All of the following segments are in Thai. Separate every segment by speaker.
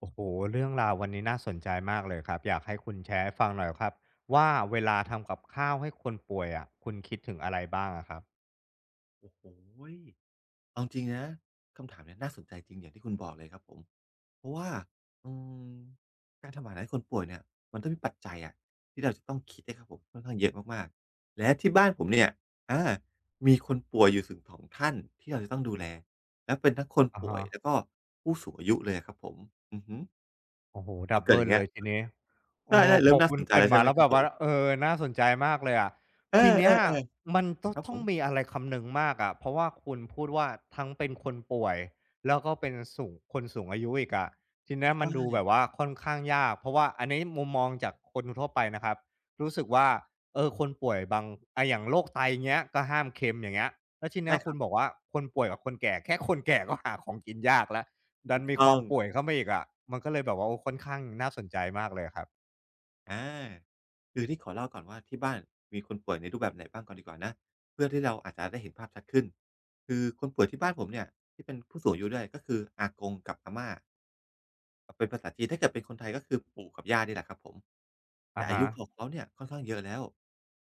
Speaker 1: โอ้โห เรื่องราววันนี้น่าสนใจมากเลยครับอยากให้คุณแชร์ให้ฟังหน่อยครับว่าเวลาทำกับข้าวให้คนป่วยอะคุณคิดถึงอะไรบ้างอะครับ
Speaker 2: โอ้โฮเอาจริงนะคำถามเนี้ยน่าสนใจจริงอย่างที่คุณบอกเลยครับผมเพราะว่าอืมการทำอาหารให้คนป่วยเนี่ยมันต้องมีปัจจัยอะที่เราจะต้องคิดนะครับผมค่อนข้างเยอะมากๆและที่บ้านผมเนี่ยอามีคนป่วยอยู่ถึงสองท่านที่เราจะต้องดูแล และเป็นทั้งคน
Speaker 1: อา
Speaker 2: ป่ว
Speaker 1: ฮะ
Speaker 2: ยแล้วก็ผู้สูงอายุเลยอะครับผมอือฮึ
Speaker 1: โอ้โฮ
Speaker 2: พ
Speaker 1: ดั
Speaker 2: อ
Speaker 1: บ
Speaker 2: เกิด
Speaker 1: เบิ
Speaker 2: อย่า
Speaker 1: ล
Speaker 2: งเงี้
Speaker 1: เล
Speaker 2: ย
Speaker 1: ยทีนี้เอ
Speaker 2: ใช่
Speaker 1: อ
Speaker 2: ๆ
Speaker 1: พ
Speaker 2: เริ่
Speaker 1: อ
Speaker 2: มน่า
Speaker 1: คุ
Speaker 2: ส
Speaker 1: ณ
Speaker 2: น
Speaker 1: เก
Speaker 2: ใจ
Speaker 1: ริ่น
Speaker 2: แล้ว
Speaker 1: มา
Speaker 2: ใช่ไหม
Speaker 1: แล้ว
Speaker 2: ครั
Speaker 1: แบ
Speaker 2: บ
Speaker 1: บ
Speaker 2: ผ
Speaker 1: ว่า
Speaker 2: ม
Speaker 1: เออน่าสนใจมากเลยอะ
Speaker 2: เออ
Speaker 1: ทีเนี้ย
Speaker 2: ๆ
Speaker 1: มันก็
Speaker 2: ๆครับผ
Speaker 1: ต้อง
Speaker 2: ม
Speaker 1: มีอะไรคำนึงมากอะเพราะว่าคุณพูดว่าทั้งเป็นคนป่วยแล้วก็เป็นสูงคนสูงอายุอีกอะทีเนี้ย
Speaker 2: ใช่
Speaker 1: มันดูแบบว่าค่อนข้างยากเพราะว่าอันนี้มุมมองจากคนทั่วไปนะครับรู้สึกว่าเออคนป่วยบางอย่างโรคไตเงี้ยก็ห้ามเค็มอย่างเงี้ยแล้วทีเนี้
Speaker 2: ใช่
Speaker 1: ย
Speaker 2: ค
Speaker 1: คุ
Speaker 2: รั
Speaker 1: ณบอ
Speaker 2: บ
Speaker 1: กว่าคนป่วยกับคนแก่แค่คนแก่ก็หาของกินยากแล้ว ดั
Speaker 2: ถู
Speaker 1: น
Speaker 2: ก
Speaker 1: มีค
Speaker 2: ต้
Speaker 1: วา
Speaker 2: อ
Speaker 1: ม
Speaker 2: ง
Speaker 1: ป่วยเข้ามาอีกอะมันก็เลยแบบว่าโอ้ค่อนข้างน่าสนใจมากเลยครับ
Speaker 2: อาคือนี่ขอเล่าก่อนว่าที่บ้านมีคนป่วยในรูปแบบไหนบ้างก่อนดีกว่านะเพื่อที่เราอาจจะได้เห็นภาพชัดขึ้นคือคนป่วยที่บ้านผมเนี่ยที่เป็นผู้สูงอายุด้วยก็คืออากงกับอาม่า เป็นภาษาจีนถ้าเกิดเป็นคนไทยก็คือปู่กับย่านี่แหละครับผมแต่
Speaker 1: อะ
Speaker 2: อา
Speaker 1: ฮะ
Speaker 2: ยุของเขาเนี่ยค่อนข้างเยอะแล้ว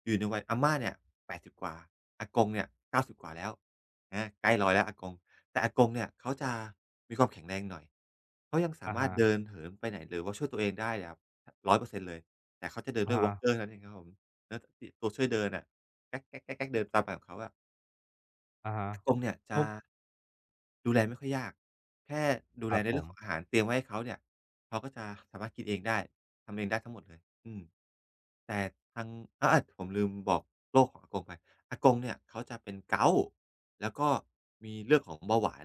Speaker 2: อยู่ในวัยอาม่าเนี่ย80กว่าอากงเนี่ย90กาสิบกว่าแล้วใกล้ร้อยแล้วอากงแต่อากงเนี่ยเขาจะมีความแข็งแรงหน่อยเขายังสา
Speaker 1: อะ
Speaker 2: มารถ
Speaker 1: ฮะ
Speaker 2: เดินเหินไปไหนหรือว่าช่วยตัวเองได้แบร้อยเปอร์เซ็นต์เลยแต่เขาจะเดิน
Speaker 1: อะ
Speaker 2: ด้วย
Speaker 1: ฮะ
Speaker 2: walker เท่านั้นเองครับผมแล้วตตัวช่วยเดินอะแก๊กๆๆๆเดินตามแบบของเขาอะ
Speaker 1: อะฮะ
Speaker 2: อากงเนี่ยจะ
Speaker 1: ปุ๊บ
Speaker 2: ดูแลไม่ค่อยยากแค่ดู
Speaker 1: ค
Speaker 2: แล
Speaker 1: รับ
Speaker 2: ใน
Speaker 1: ผ
Speaker 2: เรื่อ
Speaker 1: ม
Speaker 2: งของอาหารเตรียมไว้ให้เขาเนี่ยเขาก็จะสามารถกินเองได้ทำเองได้ทั้งหมดเลยอืมแต่ทางอาผมลืมบอกโรคของอากงไปอากงเนี่ยเขาจะเป็น gout แล้วก็มีเรื่องของเบาหวาน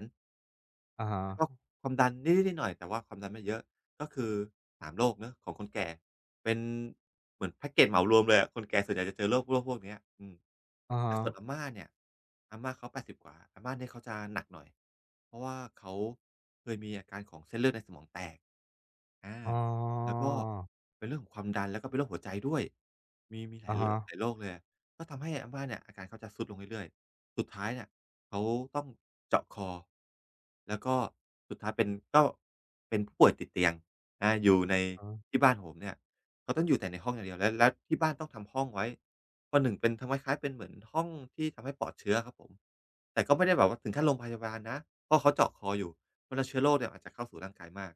Speaker 1: อะ
Speaker 2: แล้วก็
Speaker 1: ฮะ
Speaker 2: ความดันนิดๆหน่อยๆแต่ว่าความดันไม่เยอะก็คือสามโรคเนาะของคนแก่เป็นเหมือนแพ็กเกจเหมารวมเลยอะคนแก่ส่วนใหญ่จะเจอโรคพวกเนี้ยอืม
Speaker 1: อะ
Speaker 2: แต่
Speaker 1: ฮะ
Speaker 2: ส่วนอาม่าเนี่ยอาม่าเขา80กว่าอาม่าเนี่ยเขาจะหนักหน่อยเพราะว่าเขาเคยมีอาการของเส้นเลือดในสมองแตกอา
Speaker 1: อ๋อ
Speaker 2: แล้วก็เป็นเรื่องของความดันแล้วก็เป็นโรคหัวใจด้วยมีหลา
Speaker 1: อะ
Speaker 2: ยร
Speaker 1: ฮะ
Speaker 2: หลายโรคเลยอะก็ทำให้อาม่าเนี่ยอาการเขาจะทรุดลงเรื่อยๆ สุดท้ายเนี่ยเขาต้องเจาะคอแล้วก็สุดท้ายเป็นก็เป็นผู้ป่วยติดเตียงอยู่ใน
Speaker 1: อะฮะ
Speaker 2: ที่บ้านผมเนี่ยเขาต้องอยู่แต่ในห้องอย่างเดียวแล้วที่บ้านต้องทำห้องไว้ประหนึ่งเป็นทำคล้ายๆเป็นเหมือนห้องที่ทำให้ปลอดเชื้อครับผมแต่ก็ไม่ได้แบบว่าถึงขั้นโรงพยาบาลนะเพราะเขาเจาะคออยู่เพราะแล้วเชื้อโรคเนี่ยอาจจะเข้าสู่ร่างกายมาก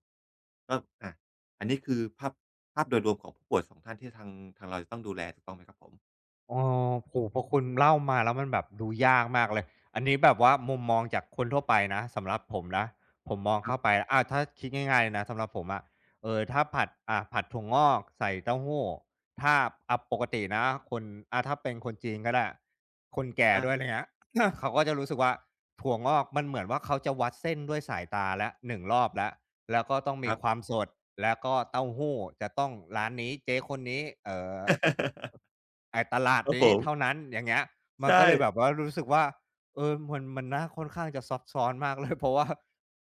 Speaker 2: ก็อาอันนี้คือภาพโดยรวมของผู้ป่วยสองท่านที่ทางเราจะต้องดูแลถูกต้องไหมครับผม
Speaker 1: อ๋อโอ้โฮพอคุณเล่ามาแล้วมันแบบดูยากมากเลยอันนี้แบบว่ามุมมองจากคนทั่วไปนะสำหรับผมนะผมมอง
Speaker 2: ครั
Speaker 1: เข้าไป
Speaker 2: บ
Speaker 1: อาถ้าคิดง่ายๆเลยนะสำหรับผมอะถ้าผัดผัดถั่วงอกใส่เต้าหู้ถ้าปกตินะคนถ้าเป็นคนจีนก็ได้คนแก่ด้วยอะ
Speaker 2: อา
Speaker 1: ไรเงี้ย เขาก็จะรู้สึกว่าถั่วงอกมันเหมือนว่าเขาจะวัดเส้นด้วยสายตาแล้วหนึ่งรอบแล้ว แล้วก็ต้อง
Speaker 2: ค
Speaker 1: มี
Speaker 2: รับ
Speaker 1: ความสดแล้วก็เต้าหู้จะต้องร้านนี้เจ๊คนนี้ไอ้ตลาด
Speaker 2: ครับผ
Speaker 1: นี้เท่า
Speaker 2: ม
Speaker 1: นั้นอย่างเงี้ยมั
Speaker 2: ใช
Speaker 1: นก็เลยแบบ
Speaker 2: ่
Speaker 1: ว่ารู้สึกว่าเออมันน่าค่อนข้างจะซับซ้อนมากเลย เพราะว่า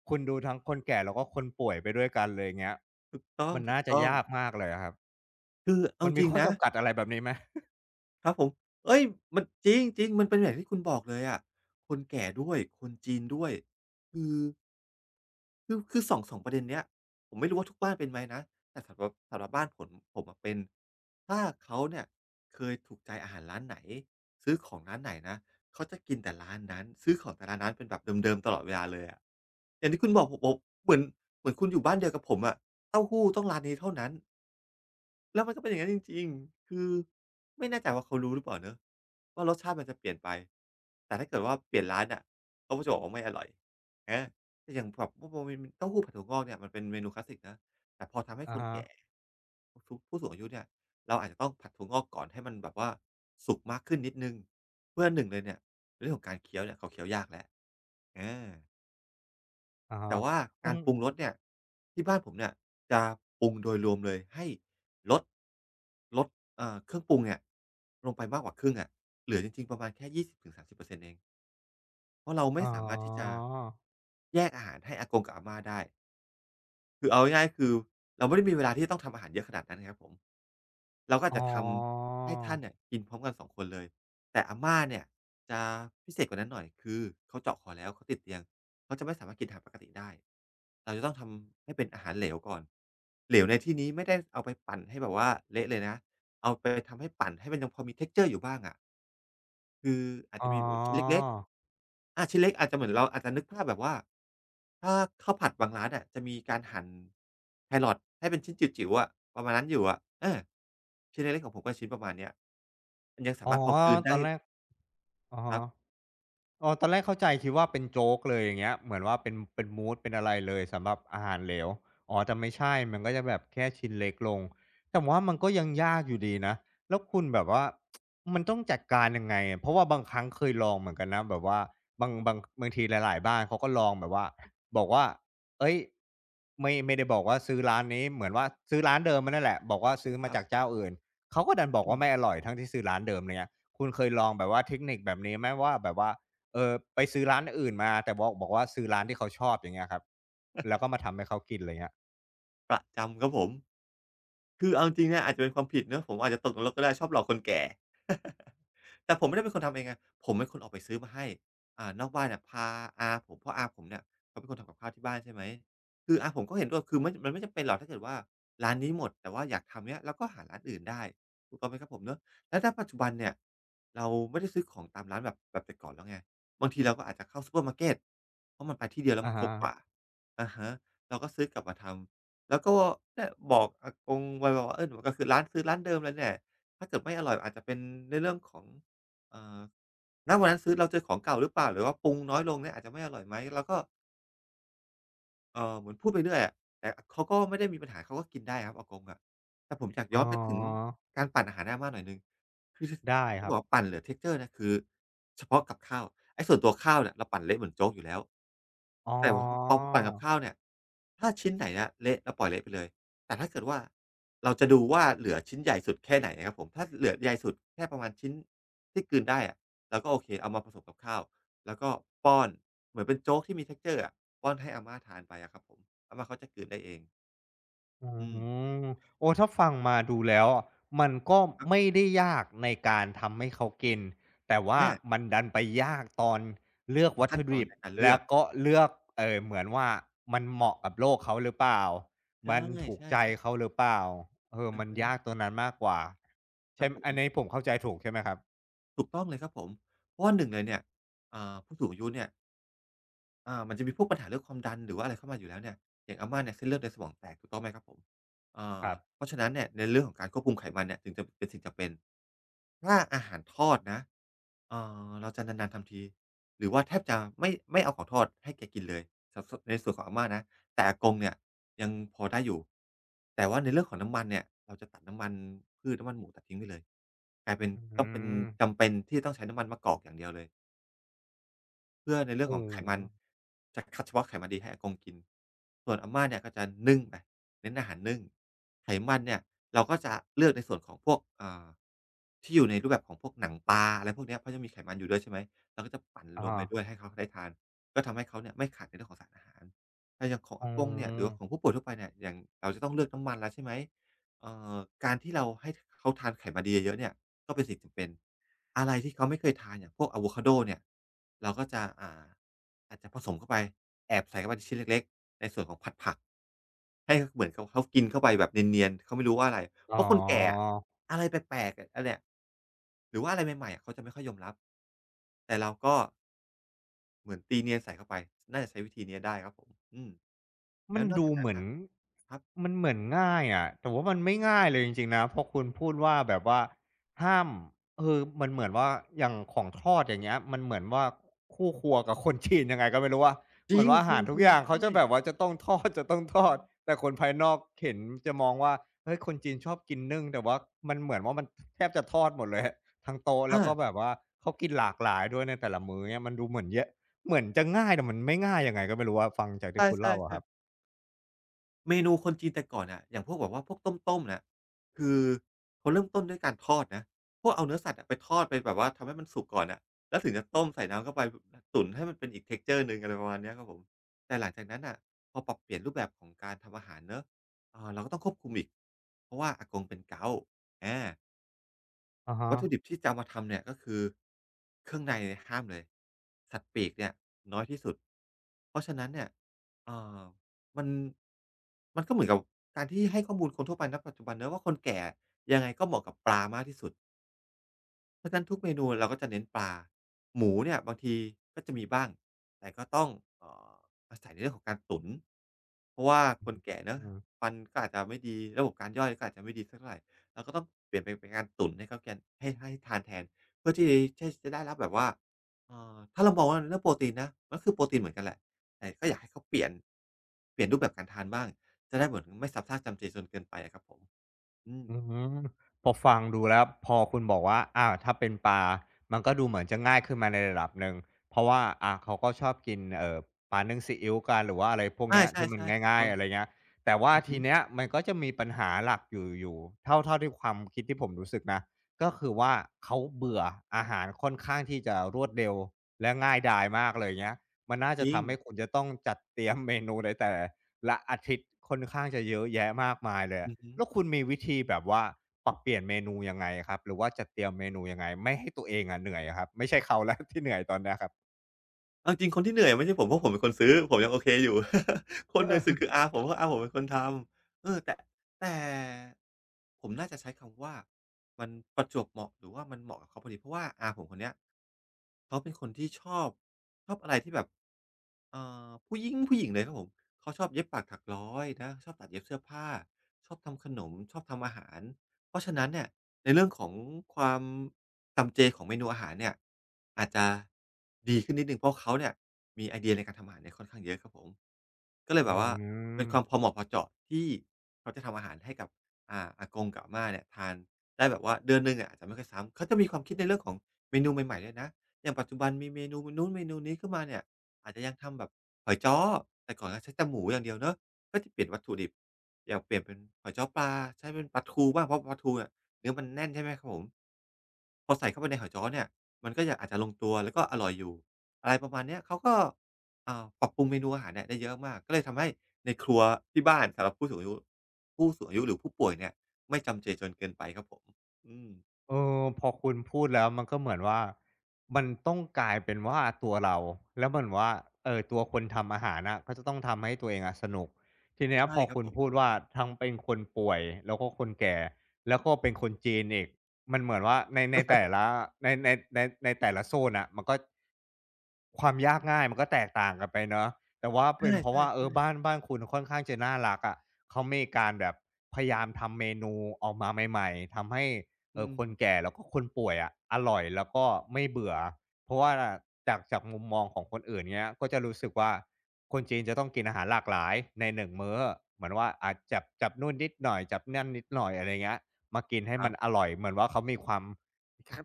Speaker 1: คุณดูทั้งคนแก่แล้วก็คนป่วยไปด้วยกันเลยอย่างเงี้ย
Speaker 2: ถูกต้อง
Speaker 1: มันน่าจะยากมากเลยอะครับ
Speaker 2: คือเอา
Speaker 1: มัน
Speaker 2: จ
Speaker 1: มี
Speaker 2: ริง
Speaker 1: ข้อ
Speaker 2: นะ
Speaker 1: จำกัดอะไรแบบนี้ไหม
Speaker 2: ครับผมเฮ้ยมันจริงจริงมันเป็นอย่างที่คุณบอกเลยอะคนแก่ด้วยคนจีนด้วยคือคือสสองสองประเด็นเนี้ยผมไม่รู้ว่าทุกบ้านเป็นไหมนะแต่สำหรับบ้านผมผมเป็นถ้าเขาเนี่ยเคยถูกใจอาหารร้านไหนซื้อของร้านไหนนะเขาจะกินแต่ร้านนั้นซื้อของแต่ละร้านเป็นแบบเดิมๆตลอดเวลาเลยอะอย่างที่คุณบอกผมเหมือนเหมือนคุณอยู่บ้านเดียวกับผมอะเต้าหู้ต้องร้านนี้เท่านั้น แล้วมันก็เป็นอย่างนั้นจริงๆ คือไม่แน่ใจว่าเขารู้หรือเปล่าเนาะว่ารสชาติมันจะเปลี่ยนไป แต่ถ้าเกิดว่าเปลี่ยนร้านน่ะเขาก็จะบอกว่าไม่อร่อยอาแต่อย่างแบบพวก เต้าหู้ผัดถั่วงอกเนี่ยมันเป็นเมนูคลาสสิกนะแต่พอทำให้
Speaker 1: อะ
Speaker 2: คน
Speaker 1: ฮะ
Speaker 2: แก่ทุกผู้สูงอายุเนี่ยเราอาจจะต้องผัดถั่วงอกก่อนให้มันแบบว่าสุกมากขึ้นนิดหนึ่งเพื่อหนึ่งเลยเนี่ยเรื่องของการเคี้ยวเนี่ยเขาเคี้ยวยากแล้วอา
Speaker 1: อะฮะ
Speaker 2: แต่ว่า
Speaker 1: อื
Speaker 2: การ
Speaker 1: ม
Speaker 2: ปรุงรสเนี่ยที่บ้านผมเนี่ยจะปรุงโดยรวมเลยให้ลดลดเครื่องปรุงเนี่ยลงไปมากกว่าครึ่งอะเหลือจริงๆประมาณแค่20-30%เปอร์เซ็นต์เองเพราะเราไม่
Speaker 1: อ๋อ
Speaker 2: สามารถที่จะแยกอาหารให้อากงกับอาม่าได้คือเอาง่ายๆคือเราไม่ได้มีเวลาที่จะต้องทำอาหารเยอะขนาดนั้นครับผม เราก็อา
Speaker 1: อ๋
Speaker 2: จ
Speaker 1: อ
Speaker 2: จะทำให้ท่านเนี่ยกินพร้อมกัน2คนเลยแต่อาม่าเนี่ยจะพิเศษกว่านั้นหน่อยคือเขาเจาะคอแล้วเขาติดเตียงเขาจะไม่สามารถกินอาหารปกติได้เราจะต้องทำให้เป็นอาหารเหลวก่อนเหลวในที่นี้ไม่ได้เอาไปปั่นให้แบบว่าเละเลยนะ เอาไปทำให้ปั่นให้มันยังพอมี texture อยู่บ้างอะคืออาจ
Speaker 1: อ๋อ
Speaker 2: จะมีแบบชิ้นเล็กๆชิ้นเล็กอาจจะเหมือนเราอาจจะนึกภาพแบบว่าถ้าข้าวผัดบางร้านอะจะมีการหั่นแครอทให้เป็นชิ้นจิ๋วๆอะประมาณนั้นอยู่อะเออชิ้นเล็กๆของผมก็ชิ้นประมาณเนี้ยมันยังสา
Speaker 1: อ๋อ
Speaker 2: มารถพอกลืน
Speaker 1: ตอ
Speaker 2: ได้
Speaker 1: นแรกอะ
Speaker 2: ค
Speaker 1: ฮะ
Speaker 2: รับ
Speaker 1: อ๋อตอนแรกเข้าใจคิดว่าเป็นโจ๊กเลยอย่างเงี้ยเหมือนว่าเป็นเป็นมูดเป็นอะไรเลยสำหรับอาหารเหลวอ๋อแต่ไม่ใช่มันก็จะแบบแค่ชิ้นเล็กลงแต่ผมว่ามันก็ยังยากอยู่ดีนะแล้วคุณแบบว่ามันต้องจัดการยังไงอะเพราะว่าบางครั้งเคยลองเหมือนกันนะแบบว่าบางทีหลายๆบ้านเขาก็ลองแบบว่าบอกว่าเฮ้ยไม่ได้บอกว่าซื้อร้านนี้เหมือนว่าซื้อร้านเดิมมะนั่นแหละบอกว่าซื้อ
Speaker 2: ค
Speaker 1: มา
Speaker 2: รับ
Speaker 1: จากเจ้าอื่นเขาก็ดันบอก
Speaker 2: อื
Speaker 1: ว่า
Speaker 2: ม
Speaker 1: ไม่อร่อยทั้งที่ซื้อร้านเดิมไรเงี้ยคุณเคยลองแบบว่าเทคนิคแบบนี้ไหมว่าแบบว่า ไปซื้อร้านอื่นมาแต่บอกว่าซื้อร้านที่เขาชอบอย่างเงี้ยครับแล้วก็มาทำให้เขากินไรเงี้ย
Speaker 2: ประจำครับผม คือเอาจริงๆเนี่ยอาจจะเป็นความผิดเนาะผมอาจจะตกนรกก็ได้ชอบหลอกคนแก่ แต่ผมไม่ได้เป็นคนทำเองไงผมเป็นคนออกไปซื้อมาให้นอกบ้านเนี่ยพาอาผมเพราะอาผมเนี่ยเขาเป็นคนทำกับข้าวที่บ้านใช่ไหม คืออาผมก็เห็นด้วยคือมันไม่จำเป็นหรอกถ้าเกิดว่าร้านนี้หมดแต่ว่าอยากทำเนี่ยเราก็หาร้านอื่นได้ถูกต้องไหมครับผมเนาะแล้วถ้าปัจจุบันเนี่ยเราไม่ได้ซื้อของตามร้านแบบแต่ก่อนแล้วไงบางทีเราก็อาจจะเข้าซูเปอร์มาร์เกตเพราะมันไปที่เดียวแล้ว
Speaker 1: อะ
Speaker 2: มันคร
Speaker 1: ฮะ
Speaker 2: บกว่าอะฮะเราก็ซื้อกลับมาทำ แล้วก็เนี่ยบอกอากงไว้ว่าเออหนูก็คือร้านซื้อร้านเดิมเลยเนี่ยถ้าเกิดไม่อร่อยอาจจะเป็นในเรื่องของเอ่อณวันนั้นซื้อเราเจอของเก่าหรือเปล่าหรือว่าปรุงน้อยลงเนี่ยอาจจะไม่อร่อยไหมแล้วก็ เหมือนพูดไปเรื่อยอะแต่เขาก็ไม่ได้มีปัญหาเขาก็กินได้ครับอากงอะแต่ผมอยาก
Speaker 1: อ๋อ
Speaker 2: ย้อนไปถึงการปั่นอาหารหน้าบ้านหน่อยหนึ่งคือ
Speaker 1: ได้ค
Speaker 2: ที่
Speaker 1: รั
Speaker 2: บ
Speaker 1: บ
Speaker 2: อกว่าปั่นเหลือ texture เนี่ยคือเฉพาะกับข้าวไอ้ส่วนตัวข้าวเนี่ยเราปั่นเละเหมือนโจ๊กอยู่แล้ว
Speaker 1: อ๋อ
Speaker 2: แต่ว่าพอปั่นกับข้าวเนี่ยถ้าชิ้นไหนอะเละเราปล่อยเละไปเลยแต่ถ้าเกิดว่าเราจะดูว่าเหลือชิ้นใหญ่สุดแค่ไหนอะครับผมถ้าเหลือใหญ่สุดแค่ประมาณชิ้นที่กลืนได้อะเราก็โอเคเอามาผสมกับข้าว แล้วก็ป้อนเหมือนเป็นโจ๊กที่มี texture อะป้อนให้อาม่าทานไปอะครับผมอาม่าเขาจะกลืนได้เอง
Speaker 1: อ๋
Speaker 2: อืม
Speaker 1: อโอ้ถ้าฟังมาดูแล้วอะมันก็
Speaker 2: ครั
Speaker 1: ไม่
Speaker 2: บ
Speaker 1: ได้ยากในการทำให้เขากิน แต่ว่า
Speaker 2: อา
Speaker 1: มันดันไปยากตอนเลือกวัต
Speaker 2: ขั้น
Speaker 1: ถุ
Speaker 2: ตอ
Speaker 1: ดิ
Speaker 2: น
Speaker 1: บ
Speaker 2: ในการเลื
Speaker 1: แล้
Speaker 2: อ
Speaker 1: ว
Speaker 2: ก
Speaker 1: ก็เลือกเหมือนว่ามันเหมาะกับโลกเขาหรือเปล่า มั
Speaker 2: ใช่
Speaker 1: นถูก
Speaker 2: ใช่
Speaker 1: ใจเขา
Speaker 2: ๆ
Speaker 1: หรือเปล่าเออ
Speaker 2: อือ
Speaker 1: มัน
Speaker 2: ฮึ
Speaker 1: ยากตรงนั้นมากกว่า
Speaker 2: ครั
Speaker 1: ใช่
Speaker 2: บผ
Speaker 1: อั
Speaker 2: ม
Speaker 1: นนี้ผมเข้าใจถูกใช่ไหมครับ
Speaker 2: ถูกต้องเลยครับผมเพราะว่าหนึ่งเลยเนี่ยผู้สูงอายุเนี่ย มันจะมีพวกปัญหาเรื่องความดันหรือว่าอะไรเข้ามาอยู่แล้วเนี่ยอย่างอาม่าเนี่ยเส้นเลือดในสมองแตกถูกต้องไหมครับผมอ่
Speaker 1: ค
Speaker 2: า
Speaker 1: รับ
Speaker 2: เพราะฉะนั้นเนี่ยในเรื่องของการควบคุมไขมันเนี่ยจึงจะเป็นสิ่งจำเป็นถ้าอาหารทอดนะเอ่เราจะนานๆทำทีหรือว่าแทบจะไม่เอาของทอดให้แกกินเลยในส่วนของอาม่านะแต่อากงเนี่ยยังพอได้อยู่แต่ว่าในเรื่องของน้ำมันเนี่ยเราจะตัดน้ำมันพืชน้ำมันหมูตัดทิ้งไปเลยกลายเป็น
Speaker 1: อื
Speaker 2: ต้องเป็น
Speaker 1: ม
Speaker 2: จำเป็นที่จะต้องใช้น้ำมันมะกอกอย่างเดียวเลย เพื่อในเรื่องข
Speaker 1: โอ้
Speaker 2: อง
Speaker 1: โฮ
Speaker 2: ไขมันจะคัดเฉพาะไขมันดีให้อากงกินส่วนอาม่าเนี่ยก็จะนึ่งไปเน้นอาหารนึ่งไขมันเนี่ยเราก็จะเลือกในส่วนของพวกที่อยู่ในรูปแบบของพวกหนังปลาอะไรพวกเนี้ยเพราะจะมีไขมันอยู่ด้วยใช่ไหมเราก็จะปั่น
Speaker 1: อะ
Speaker 2: รวม
Speaker 1: ฮะ
Speaker 2: ไปด้วยให้เขาได้ทานก็ทำให้เขาเนี่ยไม่ขาดในเรื่องของสารอาหารแต่อย่างของ
Speaker 1: อื
Speaker 2: อากงเนี่ยหรือ
Speaker 1: ม
Speaker 2: ว่าของผู้ป่วยทั่วไปเนี่ยอย่างเราจะต้องเลือกน้ำมันแล้วใช่ไหมเอ่อการที่เราให้เขาทานไขมันดีเยอะๆเนี่ยก็เป็นสิ่งจำเป็น อะไรที่เขาไม่เคยทานอย่างพวกอะโวคาโดเนี่ยเราก็จะอาจจะผสมเข้าไปแอบใส่เข้าไปในชิ้นเล็กๆในส่วนของผัดผักให้เหมือนกับเขากินเข้าไปแบบเนียนๆเขาไม่รู้ว่าอะไร
Speaker 1: อ๋
Speaker 2: เพ
Speaker 1: อ
Speaker 2: ราะคนแก่อะอะไรแปลกๆอะอันเนี้ยหรือว่าอะไรใหม่ๆอะเขาจะไม่ค่อยยอมรับแต่เราก็เหมือนตีเนียนใส่เข้าไปน่าจะใช้วิธีเนี้ยได้ครับผมแล้
Speaker 1: มัน
Speaker 2: วนอก
Speaker 1: ดู
Speaker 2: จาก
Speaker 1: เห
Speaker 2: นั้น
Speaker 1: มือน
Speaker 2: อะครับ
Speaker 1: มันเหมือนง่ายอะแต่ว่ามันไม่ง่ายเลยจริงๆนะเพราะคุณพูดว่าแบบว่าห้ามเออมันเหมือนว่าอย่างของทอดอย่างเงี้ยมันเหมือนว่าคู่ครัวกับคนจีนยังไงก็ไม่รู้ว่า
Speaker 2: จ
Speaker 1: เห
Speaker 2: ร
Speaker 1: มือนว่าอา
Speaker 2: ิ
Speaker 1: หา
Speaker 2: ง
Speaker 1: ร
Speaker 2: ๆ
Speaker 1: ทุกอย่าง
Speaker 2: ๆ
Speaker 1: เขาจะ
Speaker 2: ใช่
Speaker 1: แบบว่าจะต้องทอดแต่คนภายนอกเห็นจะมองว่าเฮ้ยคนจีนชอบกินนึ่งแต่ว่ามันเหมือนว่ามันแทบจะทอดหมดเลยอะทั้งโต๊ะแล้วก็
Speaker 2: อา
Speaker 1: แบบว่าเขากินหลากหลายด้วยในแต่ละมื้อเงี้ยมันดูเหมือนเยอะเหมือนจะง่ายแต่มันไม่ง่ายยังไงก็ไม่รู้อะฟังจากที่คุณ
Speaker 2: ใช่
Speaker 1: เล่าอะครับ
Speaker 2: ๆๆ เมนูคนจีนแต่ก่อนน่ะ อย่างพวกแบบว่าพวกต้มๆน่ะคือเขาเริ่มต้นด้วยการทอดนะ พวกเอาเนื้อสัตว์อะไปทอดไปแบบว่าทำให้มันสุกก่อนน่ะ แล้วถึงจะต้มใส่น้ำเข้าไปตุ๋นให้มันเป็นอีก texture หนึ่งอะไรประมาณเนี้ยครับผม แต่หลังจากนั้นน่ะ พอปรับเปลี่ยนรูปแบบของการทำอาหารเนาะเราก็ต้องควบคุมอีกเพราะว่าอากงเป็นเก๊าอา
Speaker 1: อะฮะ
Speaker 2: วัตถุดิบที่จะเอามาทำเนี่ยก็คือเครื่องในเนี่ยห้ามเลยสัตว์ปีกเนี่ยน้อยที่สุดเพราะฉะนั้นเนี่ยเอ่อมันมันก็เหมือนกับการที่ให้ข้อมูลคนทั่วไปณปัจจุบันเนาะว่าคนแก่ยังไงก็เหมาะกับปลามากที่สุด เพราะฉะนั้นทุกเมนูเราก็จะเน้นปลาหมูเนี่ยบางทีก็จะมีบ้างแต่ก็ต้องเอ่ออาศัยในเรื่องของการตุ๋นเพราะว่าคนแก่เนาะ
Speaker 1: อืม
Speaker 2: ฟันก็อาจจะไม่ดีระบบการย่อยก็อาจจะไม่ดีสักเท่าไรเราก็ต้องเปลี่ยนไปเป็นการตุ๋นให้เขาแกนให้ทานแทนเพื่อที่จะได้รับแบบว่าถ้าเรามองว่าเรื่องโปรตีนนะมันก็คือโปรตีนเหมือนกันแหละแต่ก็อยากให้เขาเปลี่ยนรูปแบบการทานบ้างจะได้เหมือนไม่ซ้ำซากจำเจจนเกินไปอะครับผมอืม
Speaker 1: อือฮึพอฟังดูแล้วพอคุณบอกว่าอาถ้าเป็นปลามันก็ดูเหมือนจะง่ายขึ้นมาในระดับหนึ่งเพราะว่าอาเขาก็ชอบกินปลานึ่งซีอิ๊วกันหรือว่าอะไรพวก
Speaker 2: ใช
Speaker 1: เนี้ย
Speaker 2: ่
Speaker 1: ที่มัน
Speaker 2: ๆๆถูก
Speaker 1: ง่าย
Speaker 2: ต้อ
Speaker 1: ๆอะไร
Speaker 2: ง
Speaker 1: เงี้ยแต่ว่า
Speaker 2: อือฮึ
Speaker 1: ทีเนี้ยมันก็จะมีปัญหาหลักอยู่เท่าที่ความคิดที่ผมรู้สึกนะก็คือว่าเขาเบื่ออาหารค่อนข้างที่จะรวดเร็วและง่ายดายมากเลยเงี้ยมันน่า
Speaker 2: จ
Speaker 1: จะ
Speaker 2: ริง
Speaker 1: ทำให้คุณจะต้องจัดเตรียมเมนูในแต่ละอาทิตย์ค่อนข้างจะเยอะแยะมากมายเลยะ
Speaker 2: อือฮึ
Speaker 1: แล้วคุณมีวิธีแบบว่าปรับเปลี่ยนเมนูยังไงครับหรือว่าจัดเตรียมเมนูยังไงไม่ให้ตัวเองอะเหนื่อยอะครับไม่ใช่เขาแล้ว ที่เหนื่อยตอนเนี้ยครับ
Speaker 2: เอาจริงคนที่เหนื่อยไม่ใช่ผมเพราะผมเป็นคนซื้อผมยังโอเคอยู่ คนเหนื่อยสุดคืออาผมเพราะอาผมเป็นคนทำแต่ผมน่าจะใช้คำว่ามันประจวบเหมาะหรือว่ามันเหมาะกับเขาพอดีเพราะว่าอาผมคนเนี้ยเขาเป็นคนที่ชอบอะไรที่แบบเอ่ผู้หญิงผู้หญิงเลยครับผมเขาชอบเย็บปากถักร้อยนะชอบตัดเย็บเสื้อผ้าชอบทำขนมชอบทำอาหาร เพราะฉะนั้นเนี่ยในเรื่องของความจำเจของเมนูอาหารเนี่ยอาจจะดีขึ้นนิดหนึ่งเพราะเขาเนี่ยมีไอเดียในการทำอาหารเนี่ยค่อนข้างเยอะครับผมก็เลยแบ
Speaker 1: อื
Speaker 2: บว่าเป็นความพอ
Speaker 1: ม
Speaker 2: เหมาะพอเจาะที่เขาจะทำอาหารให้กับอากงกับอาม่าเนี่ยทานได้แบบว่าเดือนหนึ่งอะอาจจะไม่ค่อยซ้ำเขาจะมีความคิดในเรื่องของเมนูใหม่ๆด้วยนะอย่างปัจจุบันมีเมนูนู้นเมนูนี้ขึ้นมาเนี่ยอาจจะยังทำแบบหอยจ้อแต่ก่อนก็ใช้แต่หมูอย่างเดียวเนาะ ก็จะเปลี่ยนวัตถุดิบอย่างเปลี่ยนเป็นหอยจ้อปลาใช้เป็นปลาทูบ้างเพราะปลาทูเนี่ยเนื้อมันแน่นใช่ไหมครับผมพอใส่เข้าไปในหอยจ้อเนี่ยมันก็จะอาจจะลงตัวแล้วก็อร่อยอยู่อะไรประมาณเนี้ยเขาก็ปรับปรุงเมนูอาหารเนี่ยได้เยอะมากก็เลยทำให้ในครัวที่บ้านสำหรับผู้สูงอายุผู้สูงอายุหรือผู้ป่วยเนี่ยไม่จำเจจนเกินไปครับผมอืม
Speaker 1: เออพอคุณพูดแล้วมันก็เหมือนว่ามันต้องกลายเป็นว่าตัวเราแล้วเหมือนว่าเออตัวคนทำอาหารน่ะก็จะต้องทำให้ตัวเองอะสนุกทีเนี้ย
Speaker 2: ใช่
Speaker 1: พอ
Speaker 2: ครับ
Speaker 1: คุณ
Speaker 2: ผ
Speaker 1: พูด
Speaker 2: ม
Speaker 1: ว่าทั้งเป็นคนป่วยแล้วก็คนแก่แล้วก็เป็นคนจีนอีกมันเหมือนว่าในแต่ละในแต่ละโซนอ่ะมันก็ความยากง่ายมันก็แตกต่างกันไปเนาะแต่ว่าเป็นเพราะ
Speaker 2: ใช่
Speaker 1: ว่าเออ
Speaker 2: ๆ
Speaker 1: บ้าน
Speaker 2: ๆ
Speaker 1: บ้านคุณค่อนข้างจะน่ารักอะะเขามีการแบบพยายามทำเมนูออกมาใหม่ๆทำให้ เอ
Speaker 2: อื
Speaker 1: อคนแก่
Speaker 2: ม
Speaker 1: แล้วก็คนป่วยอะอร่อยแล้วก็ไม่เบื่อเพราะว่าจากมุมมองของคนอื่นเงี้ยก็จะรู้สึกว่าคนจีนจะต้องกินอาหารหลากหลายในหนึ่งมื้อเหมือนว่าอาจจับนู่นนิดหน่อยจับนั่นนิดหน่อยอะไรเงี้ยมากินให้
Speaker 2: ค
Speaker 1: มั
Speaker 2: รั
Speaker 1: นอ
Speaker 2: บ
Speaker 1: ร่อยเหมือนว่าเขามีความ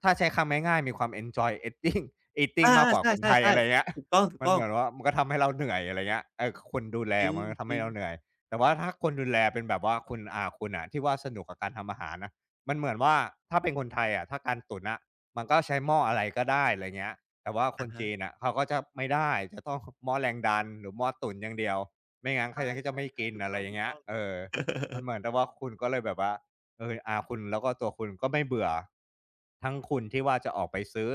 Speaker 1: ถ้าใช้คำง่ายๆมีความ enjoy eating eating
Speaker 2: อา
Speaker 1: มากก
Speaker 2: ๆ
Speaker 1: ว่า
Speaker 2: ใ
Speaker 1: คนไทย
Speaker 2: ช่
Speaker 1: อะไร
Speaker 2: ๆ
Speaker 1: เงี้ย
Speaker 2: ๆถูก
Speaker 1: มัน
Speaker 2: ต้
Speaker 1: เห
Speaker 2: อง
Speaker 1: มือน
Speaker 2: ๆ
Speaker 1: ว่ามันก็ทำให้เราเหนื่อยอะไรเงี้ยเออคนดูแล
Speaker 2: จ
Speaker 1: มันก็ทำให้
Speaker 2: ริง
Speaker 1: เรา
Speaker 2: ๆ
Speaker 1: เหนื่อยแต่ว่าถ้าคนดูแลเป็นแบบว่าคุณอาอ่ะที่ว่าสนุกกับการทำอาหารนะ มันเหมือนว่าถ้าเป็นคนไทยอะถ้าการตุ๋นอะมันก็ใช้หม้ออะไรก็ได้อะไรเงี้ยแต่ว่าคน
Speaker 2: อะฮะ
Speaker 1: จีนน่ะเขาก็จะไม่ได้จะต้องหม้อแรงดันหรือหม้อตุ๋นอย่างเดียวไม่งั้นเขายังก็จะ
Speaker 2: ใช่
Speaker 1: ไม่กิ
Speaker 2: ๆ
Speaker 1: น
Speaker 2: ๆถูก
Speaker 1: อะไร
Speaker 2: ต้
Speaker 1: อย่างเงี้ย
Speaker 2: องๆ
Speaker 1: เออมันเหมือนกับว่าคุณก็เลยแบบว่าเอออาคุณแล้วก็ตัวคุณก็ไม่เบื่อทั้งคุณที่ว่าจะออกไปซื้อ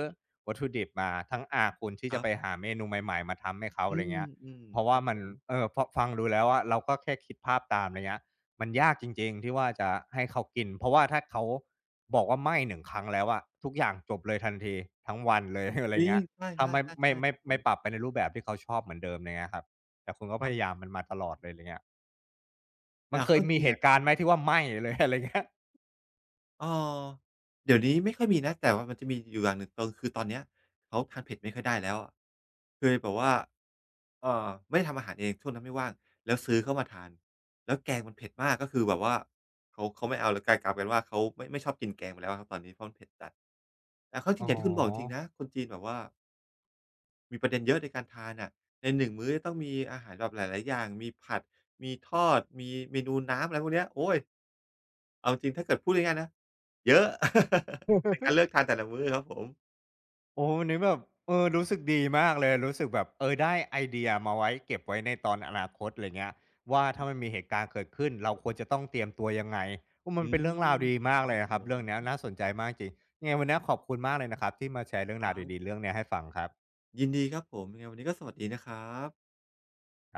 Speaker 1: วัตถุดิบมาทั้งอาคุณที่
Speaker 2: ค
Speaker 1: จะ
Speaker 2: รั
Speaker 1: ไป
Speaker 2: บ
Speaker 1: หาเมนูใหม่ๆมาทำให้เขา
Speaker 2: อื
Speaker 1: อะไรเงี้ย
Speaker 2: ม
Speaker 1: เพราะ
Speaker 2: ๆค
Speaker 1: ว่า
Speaker 2: รับ
Speaker 1: มั
Speaker 2: ผ
Speaker 1: น
Speaker 2: ม
Speaker 1: เออพอฟังดูแล้วอะเราก็แค่คิดภาพตามอะไรเงี้ย มันยากจริงๆที่ว่าจะให้เขากินเพราะว่าถ้าเขาบอกว่าไม่หนึ่งครั้งแล้วอะทุกอย่างจบเลยทันทีทั้งวันเลย อะไร
Speaker 2: จ
Speaker 1: อย่า
Speaker 2: ริ
Speaker 1: ง
Speaker 2: ง
Speaker 1: เงี้ย
Speaker 2: ใช่ๆ
Speaker 1: ถ้าไม่
Speaker 2: ๆ
Speaker 1: ไม่
Speaker 2: ใช่ค
Speaker 1: ไม่
Speaker 2: รับผ
Speaker 1: ไม่
Speaker 2: ม
Speaker 1: ปรับไปในรูปแบบที่เขาชอบเหมือนเดิมไรเงี้ยครับแต่คุณก็
Speaker 2: ค
Speaker 1: พ
Speaker 2: รับผ
Speaker 1: ยายาม
Speaker 2: ม
Speaker 1: มันมาตลอดเลยไรเงี้ยมั
Speaker 2: แต่
Speaker 1: น
Speaker 2: เอา
Speaker 1: เคย
Speaker 2: เข้าจ
Speaker 1: มี
Speaker 2: ริง
Speaker 1: เห
Speaker 2: อะ
Speaker 1: ตุการณ์ไหมที่ว่าไม่เลย อะไรเงี้ย
Speaker 2: เออเดี๋ยวนี้ไม่ค่อยมีนะแต่ว่ามันจะมีอยู่อย่างหนึ่งตรงคือตอนเนี้ยเขาทานเผ็ดไม่ค่อยได้แล้วอะคือแบบว่าไม่ได้ทำอาหารเองช่วงนั้นไม่ว่าง แล้วซื้อเข้ามาทาน แล้วแกงมันเผ็ดมากก็คือแบบว่าเขาไม่เอาแล้วกลายเป็นว่าเขาไม่ชอบกินแกงไปแล้วอะครับตอนนี้เพราะมันเผ็ดจัดแต่เอาเข้าจ
Speaker 1: อ๋
Speaker 2: ริ
Speaker 1: อ
Speaker 2: งอย่างที่คุณบอกจริงๆนะคนจีนแบบว่า มีประเด็นเยอะในการทานอะในหนึ่งมื้อจะต้องมีอาหารแบบหลายๆอย่าง มีผัด มีทอด มีเมนูน้ำอะไรพวกเนี้ยโอ๊ยเอาจริง ถ้าเกิดพูดง่ายๆนะ เยอะ ในการเลือกทานแต่ละมื้อครับผม
Speaker 1: โอ้วันนี้แบบเออรู้สึกดีมากเลย รู้สึกแบบเออได้ไอเดียมาไว้เก็บไว้ในตอนอนาคตอะไรเงี้ยว่าถ้ามันมีเหตุการณ์เกิดขึ้นเราควรจะต้องเตรียมตัวยังไงโอ้มัน
Speaker 2: อื
Speaker 1: เป็นเรื่องราว
Speaker 2: ม
Speaker 1: ดีมา
Speaker 2: ค
Speaker 1: ก
Speaker 2: รั
Speaker 1: เลยนะครับ
Speaker 2: บ
Speaker 1: เรื่
Speaker 2: ผ
Speaker 1: องเนี้ย
Speaker 2: ม
Speaker 1: น่าสนใจมากจริงยังไงวันเนี้ยขอบคุณมากเลยนะครับที่มาแชร์เรื่อง
Speaker 2: ค
Speaker 1: รา
Speaker 2: รั
Speaker 1: วดี
Speaker 2: บ
Speaker 1: ๆเรื่องเนี้ยให้ฟังครับ
Speaker 2: ยินดีครับผมยังไงวันนี้ก็สวัสดีนะครับ